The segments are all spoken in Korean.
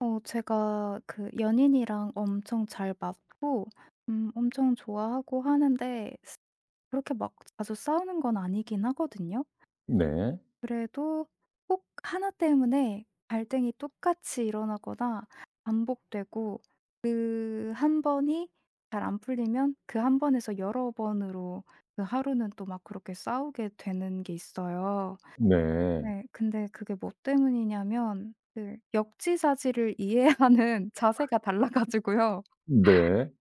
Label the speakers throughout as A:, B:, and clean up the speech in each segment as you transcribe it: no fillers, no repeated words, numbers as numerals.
A: 제가 그 연인이랑 엄청 잘 맞고 엄청 좋아하고 하는데 그렇게 막 자주 싸우는 건 아니긴 하거든요.
B: 네.
A: 그래도 꼭 하나 때문에 갈등이 똑같이 일어나거나 반복되고 그 한 번이 잘 안 풀리면 그 한 번에서 여러 번으로 그 하루는 또 막 그렇게 싸우게 되는 게 있어요.
B: 네.
A: 네. 근데 그게 뭐 때문이냐면 그 역지사지를 이해하는 자세가 달라 가지고요.
B: 네.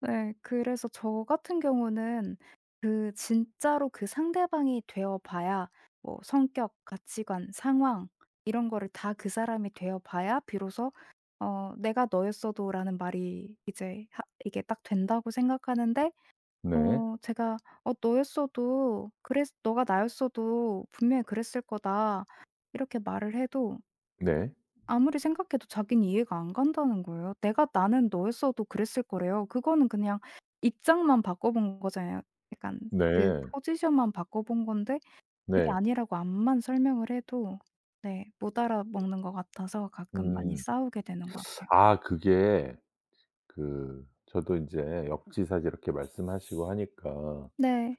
A: 네. 그래서 저 같은 경우는 그 진짜로 그 상대방이 되어 봐야 뭐 성격, 가치관, 상황 이런 거를 다 그 사람이 되어 봐야 비로소 '내가 너였어도.'라는 말이 이제 하 이게 딱 된다고 생각하는데
B: 네.
A: 제가 "어 너였어도 그랬 너가 나였어도 분명히 그랬을 거다." 이렇게 말을 해도
B: 네.
A: 아무리 생각해도 자기는 이해가 안 간다는 거예요. "내가 나는 너였어도 그랬을 거래요." 그거는 그냥 입장만 바꿔 본 거잖아요. 약간 그
B: 네.
A: 포지션만 바꿔 본 건데 그게
B: 네.
A: 아니라고 앞만 설명을 해도 네 못 알아먹는 것 같아서 가끔 많이
B: 음.
A: 싸우게 되는 것 같아요.
B: 아 그게 그 저도 인제 역지사지 이렇게 말씀하시고 하니까
A: 네.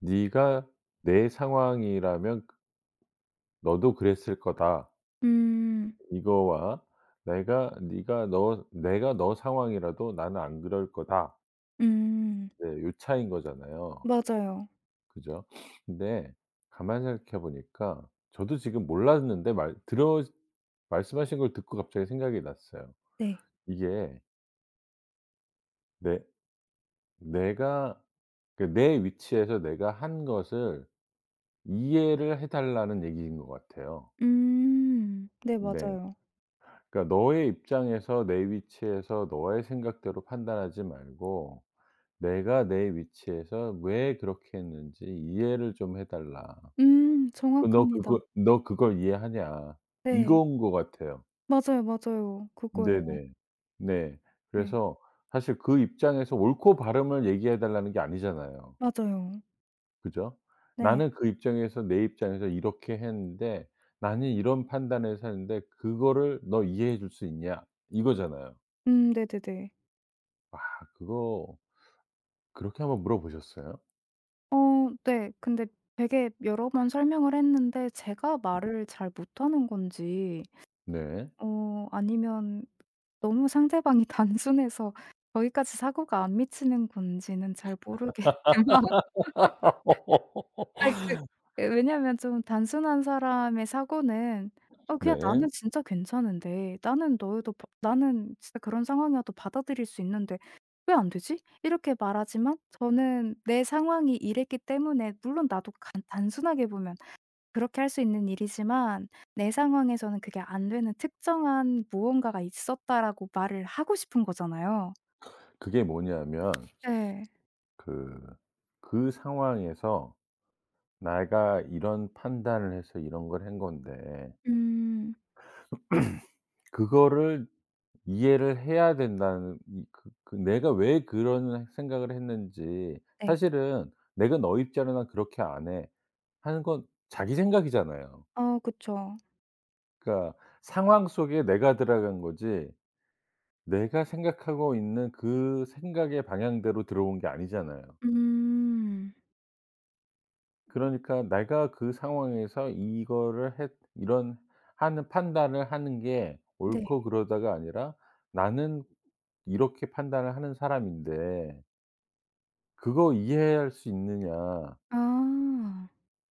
B: "네가 내 상황이라면 너도 그랬을 거다."
A: 음.
B: 이거와 "내가 네가 너 내가 너 상황이라도 나는 안 그럴 거다."
A: 음.
B: 네 요 차이인 거잖아요.
A: 맞아요.
B: 그죠? 근데 가만히 생각해 보니까 저도 지금 몰랐는데 말 들어 말씀하신 걸 듣고 갑자기 생각이 났어요.
A: 네.
B: 이게 내 내가 그 내 위치에서 내가 한 것을 이해를 해 달라는 얘기인 것 같아요.
A: 음. 네
B: 네.
A: 맞아요.
B: 그러니까 너의 입장에서 내 위치에서 너의 생각대로 판단하지 말고 내가 내 위치에서 왜 그렇게 했는지 이해를 좀 해 달라. 그 "너 그거
A: 정확합니다.
B: 너 그걸 이해하냐?"
A: 네.
B: 이거인 것 같아요.
A: 맞아요, 맞아요. 그거예요.
B: 네네. 네.
A: 네.
B: 그래서 사실 그 입장에서 옳고 바름을 얘기해 달라는 게 아니잖아요.
A: 맞아요.
B: 그죠?
A: 네.
B: 나는 그 입장에서 내 입장에서 이렇게 했는데 나는 이런 판단해서 했는데 그거를 "너 이해해 줄 수 있냐?" 이거잖아요.
A: 네네네.
B: 아 그거 그렇게 한번 물어보셨어요?
A: 어 네. 근데 되게 여러 번 설명을 했는데 제가 말을 잘 못하는 건지
B: 네.
A: 아니면 너무 상대방이 단순해서 저희까지 사고가 안 미치는 건지는 잘 모르겠지만 아이 그 예 왜냐면 좀 단순한 사람의 사고는 '어 그냥
B: 네.
A: 나는 진짜 괜찮은데 나는 너에도 바 나는 진짜 그런 상황이어도 받아들일 수 있는데 왜 안 되지?' 이렇게 말하지만 저는 내 상황이 이랬기 때문에 물론 나도 간 단순하게 보면 그렇게 할 수 있는 일이지만 내 상황에서는 그게 안 되는 특정한 무언가가 있었다라고 말을 하고 싶은 거잖아요.
B: 그게 뭐냐면
A: 네.
B: 그 그 상황에서 내가 이런 판단을 해서 이런 걸 한 건데
A: 음.
B: 그거를 이해를 해야 된다는 이 그 그 내가 왜 그런 생각을 했는지
A: 네.
B: 사실은 '내가 너 입장에 난 그렇게 안 해.' 하는 건 자기 생각이잖아요.
A: 어 그쵸.
B: 그러니까 상황 속에 내가 들어간 거지 내가 생각하고 있는 그 생각의 방향대로 들어온 게 아니잖아요.
A: 음.
B: 그러니까 내가 그 상황에서 이거를 했 이런 하는 판단을 하는 게
A: 네.
B: 옳고 그러다가 아니라 '나는 이렇게 판단을 하는 사람인데 그거 이해할 수 있느냐.'
A: 아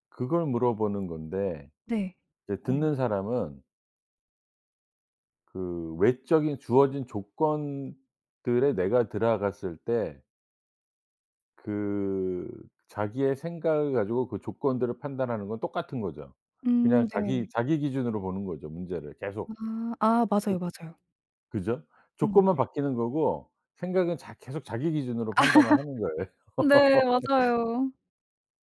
B: 그걸 물어보는 건데
A: 네.
B: 이제
A: 맞아요.
B: 듣는 사람은 그 외적인 주어진 조건들에 내가 들어갔을 때 그 자기의 생각을 가지고 그 조건들을 판단하는 건 똑같은 거죠. 그냥
A: 네.
B: 자기 기준으로 보는 거죠 문제를 계속.
A: 아 아 맞아요, 맞아요.
B: 그죠?
A: 음.
B: 조건만 바뀌는 거고 생각은 자 계속 자기 기준으로 판단을 하는 거예요.
A: 네 맞아요.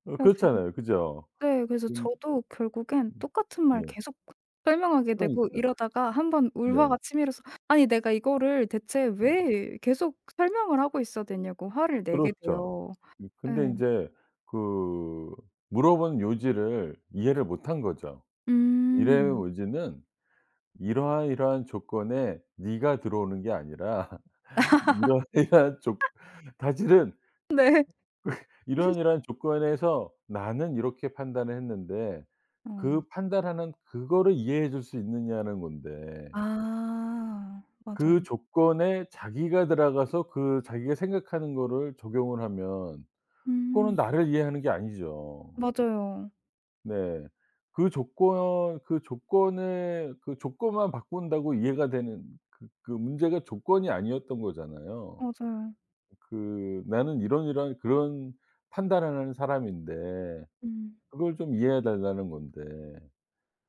B: 어
A: 그래 가지고
B: 그렇잖아요. 그죠?
A: 네 그래서
B: 음
A: 저도 결국엔 똑같은 말
B: 네.
A: 계속 설명하게 되고
B: 그러니까.
A: 이러다가 한번
B: 네.
A: 울화가 치밀어서 '아니 내가 이거를 대체
B: 음
A: 왜 계속 설명을 하고 있어야 되냐.'고 화를 내게
B: 그렇죠.
A: 돼요. 예.
B: 근데 인제 그 물어본 요지를 이해를 못한 거죠. 일의
A: 음.
B: 요지는 이러이러한 조건에 네가 들어오는 게 아니라 이러이러한 조 사실은
A: 네.
B: 이런 조건에서 나는 이렇게 판단을 했는데
A: 어.
B: 그 판단하는 그거를 이해해 줄 수 있느냐는 건데
A: 아 맞아요.
B: 그 조건에 자기가 들어가서 그 자기가 생각하는 거를 적용을 하면 그거는
A: 음
B: 나를 이해하는 게 아니죠.
A: 맞아요.
B: 네. 그 조건 그 조건에 그 조건만 바꾼다고 이해가 되는 그 문제가 조건이 아니었던 거잖아요.
A: 맞아요.
B: 그 나는 이런 이런 그런 판단을 하는 사람인데
A: 음.
B: 그걸 좀 이해해 달라는 건데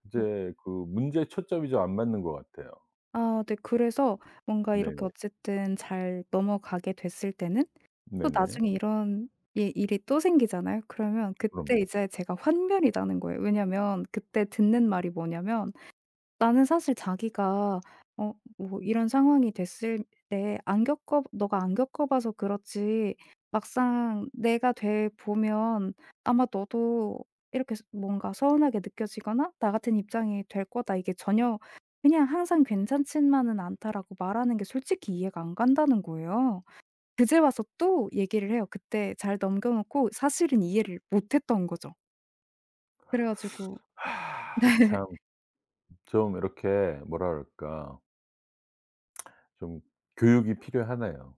B: 이제 그 문제의 초점이 좀 안 맞는 것 같아요.
A: 아 네. 그래서 뭔가 이렇게
B: 네네.
A: 어쨌든 잘 넘어가게 됐을 때는 또
B: 네네.
A: 나중에 이런 예 일이 또 생기잖아요. 그러면 그때
B: 그럼요.
A: 이제 제가 환멸이 나는 거예요. 왜냐면 그때 듣는 말이 뭐냐면 나는 사실 자기가 어 뭐 이런 상황이 됐을 때 안 겪어 "너가 안 겪어 봐서 그렇지 막상 내가 돼 보면 아마 너도 이렇게 서 뭔가 서운하게 느껴지거나 나 같은 입장이 될 거다." 이게 전혀 그냥 항상 "괜찮지만은 않다."라고 말하는 게 솔직히 이해가 안 간다는 거예요. 그제 와서 또 얘기를 해요. 그때 잘 넘겨 놓고 사실은 이해를 못 했던 거죠. 그래 가지고
B: 아
A: 네.
B: 참 좀 이렇게 뭐라 그럴까 좀 교육이 필요하네요.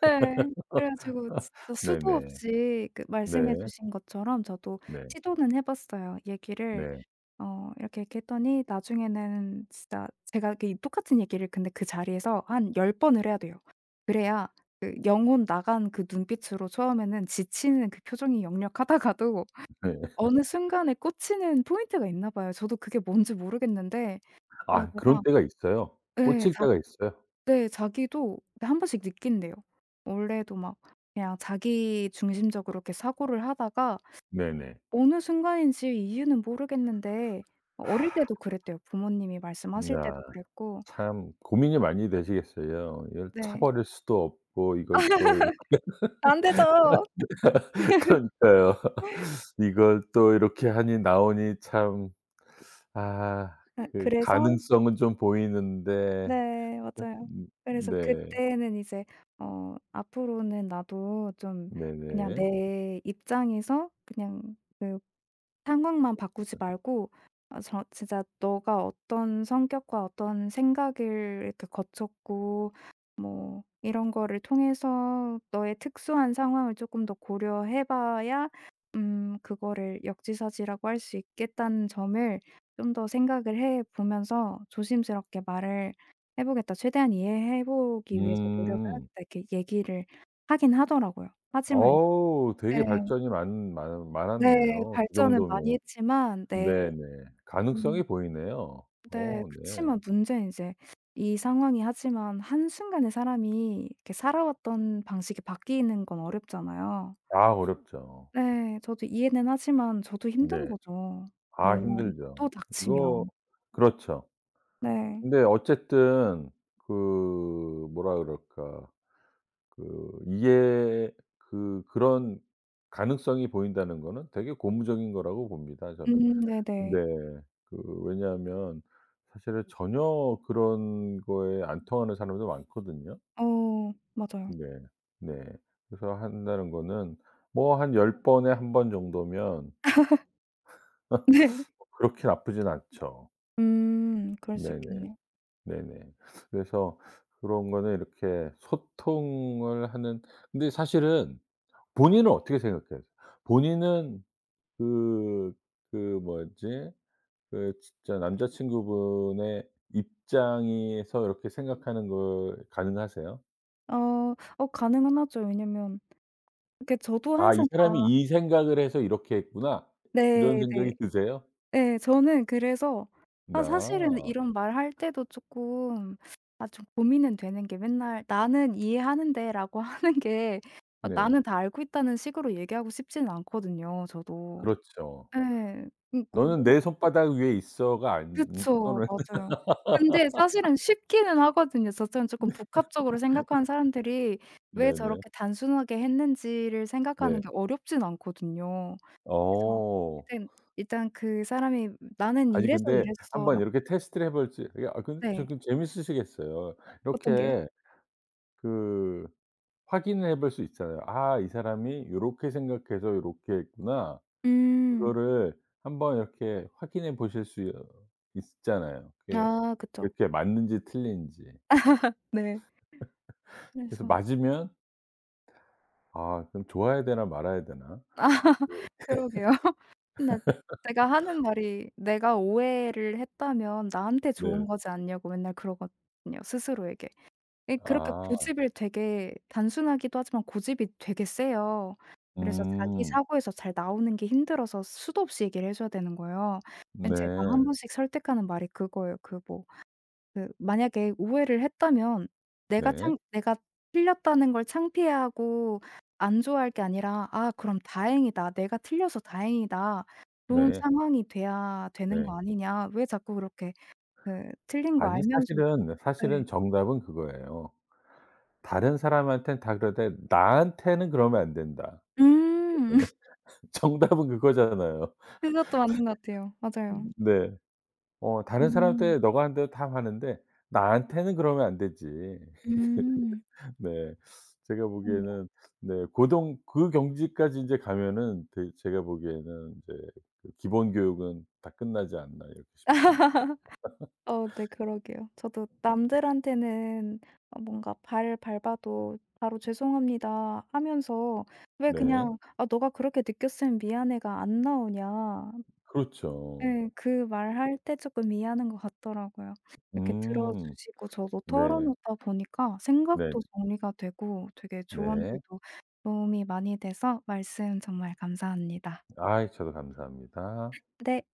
A: 네. 그래 가지고 진짜 수도
B: 네네.
A: 없이 그 말씀해
B: 네.
A: 주신 것처럼 저도
B: 네.
A: 시도는 해 봤어요. 얘기를
B: 네.
A: 이렇게, 이렇게 했더니 나중에는 진짜 제가 그 이 똑같은 얘기를 근데 그 자리에서 한 열 번을 해야 돼요. 그래야 그 영혼 나간 그 눈빛으로 처음에는 지치는 그 표정이 역력하다가도
B: 네.
A: 어느 순간에 꽂히는 포인트가 있나 봐요. 저도 그게 뭔지 모르겠는데
B: 아 그런
A: 그러다가
B: 때가 있어요.
A: 예.
B: 꽂힐
A: 자
B: 때가 있어요.
A: 네. 자기도 네, 한 번씩 느낀대요. 원래도 막 그냥 자기 중심적으로 이렇게 사고를 하다가
B: 네네.
A: 어느 순간인지 이유는 모르겠는데 어릴 때도 그랬대요. 부모님이 말씀하실
B: 아
A: 때도 그랬고
B: 참 고민이 많이 되시겠어요. 이걸 차
A: 네.
B: 버릴 수도 없고 이걸 또 이렇게
A: 안 되죠.
B: 그러니까요. 이걸 또 이렇게 하니 나오니 참 아
A: 예
B: 그
A: 그래서
B: 가능성은 좀 보이는데
A: 네
B: 네.
A: 맞아요. 그래서
B: 네.
A: 그때는 이제 '앞으로는 나도 좀 그냥
B: 네네.
A: 내 입장에서 그냥 그 상황만 바꾸지 말고 아 저 진짜 너가 어떤 성격과 어떤 생각을 이렇게 거쳤고 뭐 이런 거를 통해서 너의 특수한 상황을 조금 더 고려해 봐야 그거를 역지사지라고 할 수 있겠다는 점을 좀 더 생각을 해 보면서 조심스럽게 말을 해 보겠다. 최대한 이해해 보기 위해서 노력을
B: 음.
A: 하겠다. 이렇게 얘기를 하긴 하더라고요. 하지만
B: 어우 되게
A: 네.
B: 발전이 많 많
A: 네.
B: 많았네요. 그
A: 발전은 많이
B: 정도면.
A: 했지만 네.
B: 네네.
A: 음
B: 가능성이 보이네요.
A: 네.
B: 어 네.
A: 그치만 문제는 이제 이 상황이 하지만 한순간에 사람이 이렇게 살아왔던 방식이 바뀌는 건 어렵잖아요.
B: 아 어렵죠.
A: 네. 저도 이해는 하지만 저도 힘든
B: 네.
A: 거죠,
B: 아
A: 또
B: 힘들죠. 이거
A: 닥치면.
B: 그렇죠.
A: 네.
B: 근데 어쨌든 그 뭐라 그럴까 그 이게 그 그런 가능성이 보인다는 거는 되게 고무적인 거라고 봅니다 저는.
A: 네네.
B: 네. 그 왜냐하면 사실은 전혀 그런 거에 안 통하는 사람도 많거든요.
A: 어 맞아요.
B: 네. 네. 그래서 한다는 거는 뭐 한 열 번에 한 번 정도면
A: 네.
B: 그렇게 나쁘진 않죠.
A: 그럴 수
B: 네네.
A: 있겠네요.
B: 네네. 그래서 그런 거는 이렇게 소통을 하는 근데 사실은 본인은 어떻게 생각해요? 본인은 그 그 뭐지 그 진짜 남자친구분의 입장에서 이렇게 생각하는 걸 가능하세요?
A: 어 어 가능은 하죠. 왜냐면 렇게 저도
B: '아 이
A: 항상
B: 사람이
A: 다
B: 이 생각을 해서 이렇게 했구나.' 이런
A: 네네.
B: 생각이 드세요?
A: 예. 저는 그래서 아 사실은
B: 아
A: 이런 말할 때도 쪼끔 아 좀 고민은 되는 게 맨날 "나는 이해하는데."라고 하는 게 아
B: 네.
A: "나는 다 알고 있다."는 식으로 얘기하고 싶지는 않거든요 저도.
B: 그렇죠.
A: 예.
B: '너는
A: 그렇
B: 내 손바닥 위에 있어.'가 안
A: 그쵸.
B: 또는
A: 맞아요. 근데 사실은 쉽기는 하거든요. 저처럼 쪼끔 복합적으로 생각하는 사람들이 왜
B: 네네.
A: 저렇게 단순하게 했는지를 생각하는
B: 네.
A: 게 어렵진 않거든요. 그래서
B: 어.
A: 일단 일단 그 사람이 "나는
B: 아니
A: 이래서
B: 근데
A: 이랬어."
B: 한번 이렇게 테스트를 해 볼지 아 근데
A: 네.
B: 조금 재밌으시겠어요.
A: 어떤 게요?
B: 이렇게 그 확인을 해볼 수 있잖아요. '아 이 사람이 요렇게 생각해서 요렇게 했구나.'
A: 음.
B: 그거를 한번 이렇게 확인해 보실 수 있잖아요. 그게
A: 아 그쵸.
B: 이렇게 맞는지 틀린지.
A: 네.
B: 그래서
A: 그래서
B: 맞으면 '아 그럼 좋아해야 되나 말아야 되나?'
A: 아 그러게요. 근 제가 하는 말이 "내가 오해를 했다면 나한테
B: 네.
A: 좋은 거지 않냐."고 맨날 그러거든요, 스스로에게. 예 그렇게
B: 아.
A: 고집을 되게 단순하기도 하지만 고집이 되게 세요. 그래서 자기
B: 음.
A: 사고에서 잘 나오는 게 힘들어서 수도 없이 얘기를 해 줘야 되는 거예요. 근데 제가 한
B: 네.
A: 번씩 설득하는 말이 그거예요. 그뭐 그 만약에 오해를 했다면 내가
B: 네.
A: 창 내가 틀렸다는 걸 창피해하고 안 좋아할 게 아니라 '아 그럼 다행이다. 내가 틀려서 다행이다.' 좋은
B: 네.
A: 상황이 돼야 되는
B: 네.
A: 거 아니냐. 왜 자꾸 그렇게 그 틀린 거
B: 아니
A: 알면서도
B: 사실은,
A: 네.
B: 사실은 정답은 그거예요. '다른 사람한테는 다 그러되 나한테는 그러면 안 된다.'
A: 음.
B: 그거는 정답은 그거잖아요.
A: 그것도 맞는 것 같아요. 맞아요.
B: 네. 어 다른
A: 음.
B: 사람한테 "너가 하는 대로 다 하는데 나한테는 그러면 안 되지."
A: 음. 음.
B: 네. 제가
A: 네.
B: 보기에는 네 고등 그 경지까지 이제 가면은 되 제가 보기에는 이제 그 기본 교육은 다 끝나지 않나 이렇게 싶습니다.
A: 어 네 그러게요. 저도 남들한테는 뭔가 발 밟아도 바로 "죄송합니다." 하면서 왜
B: 네.
A: 그냥 "아 너가 그렇게 느꼈으면 미안해."가 안 나오냐.
B: 그렇죠.
A: 네, 그 말 할 때 조금 미안한 것 같더라고요. 이렇게
B: 음.
A: 들어주시고 저도
B: 네.
A: 털어놓다 보니까
B: 네.
A: 생각도 정리가 되고 되게
B: 네.
A: 조언들도 도움이 많이 돼서 말씀 정말 감사합니다.
B: 아이 저도 감사합니다.
A: 네.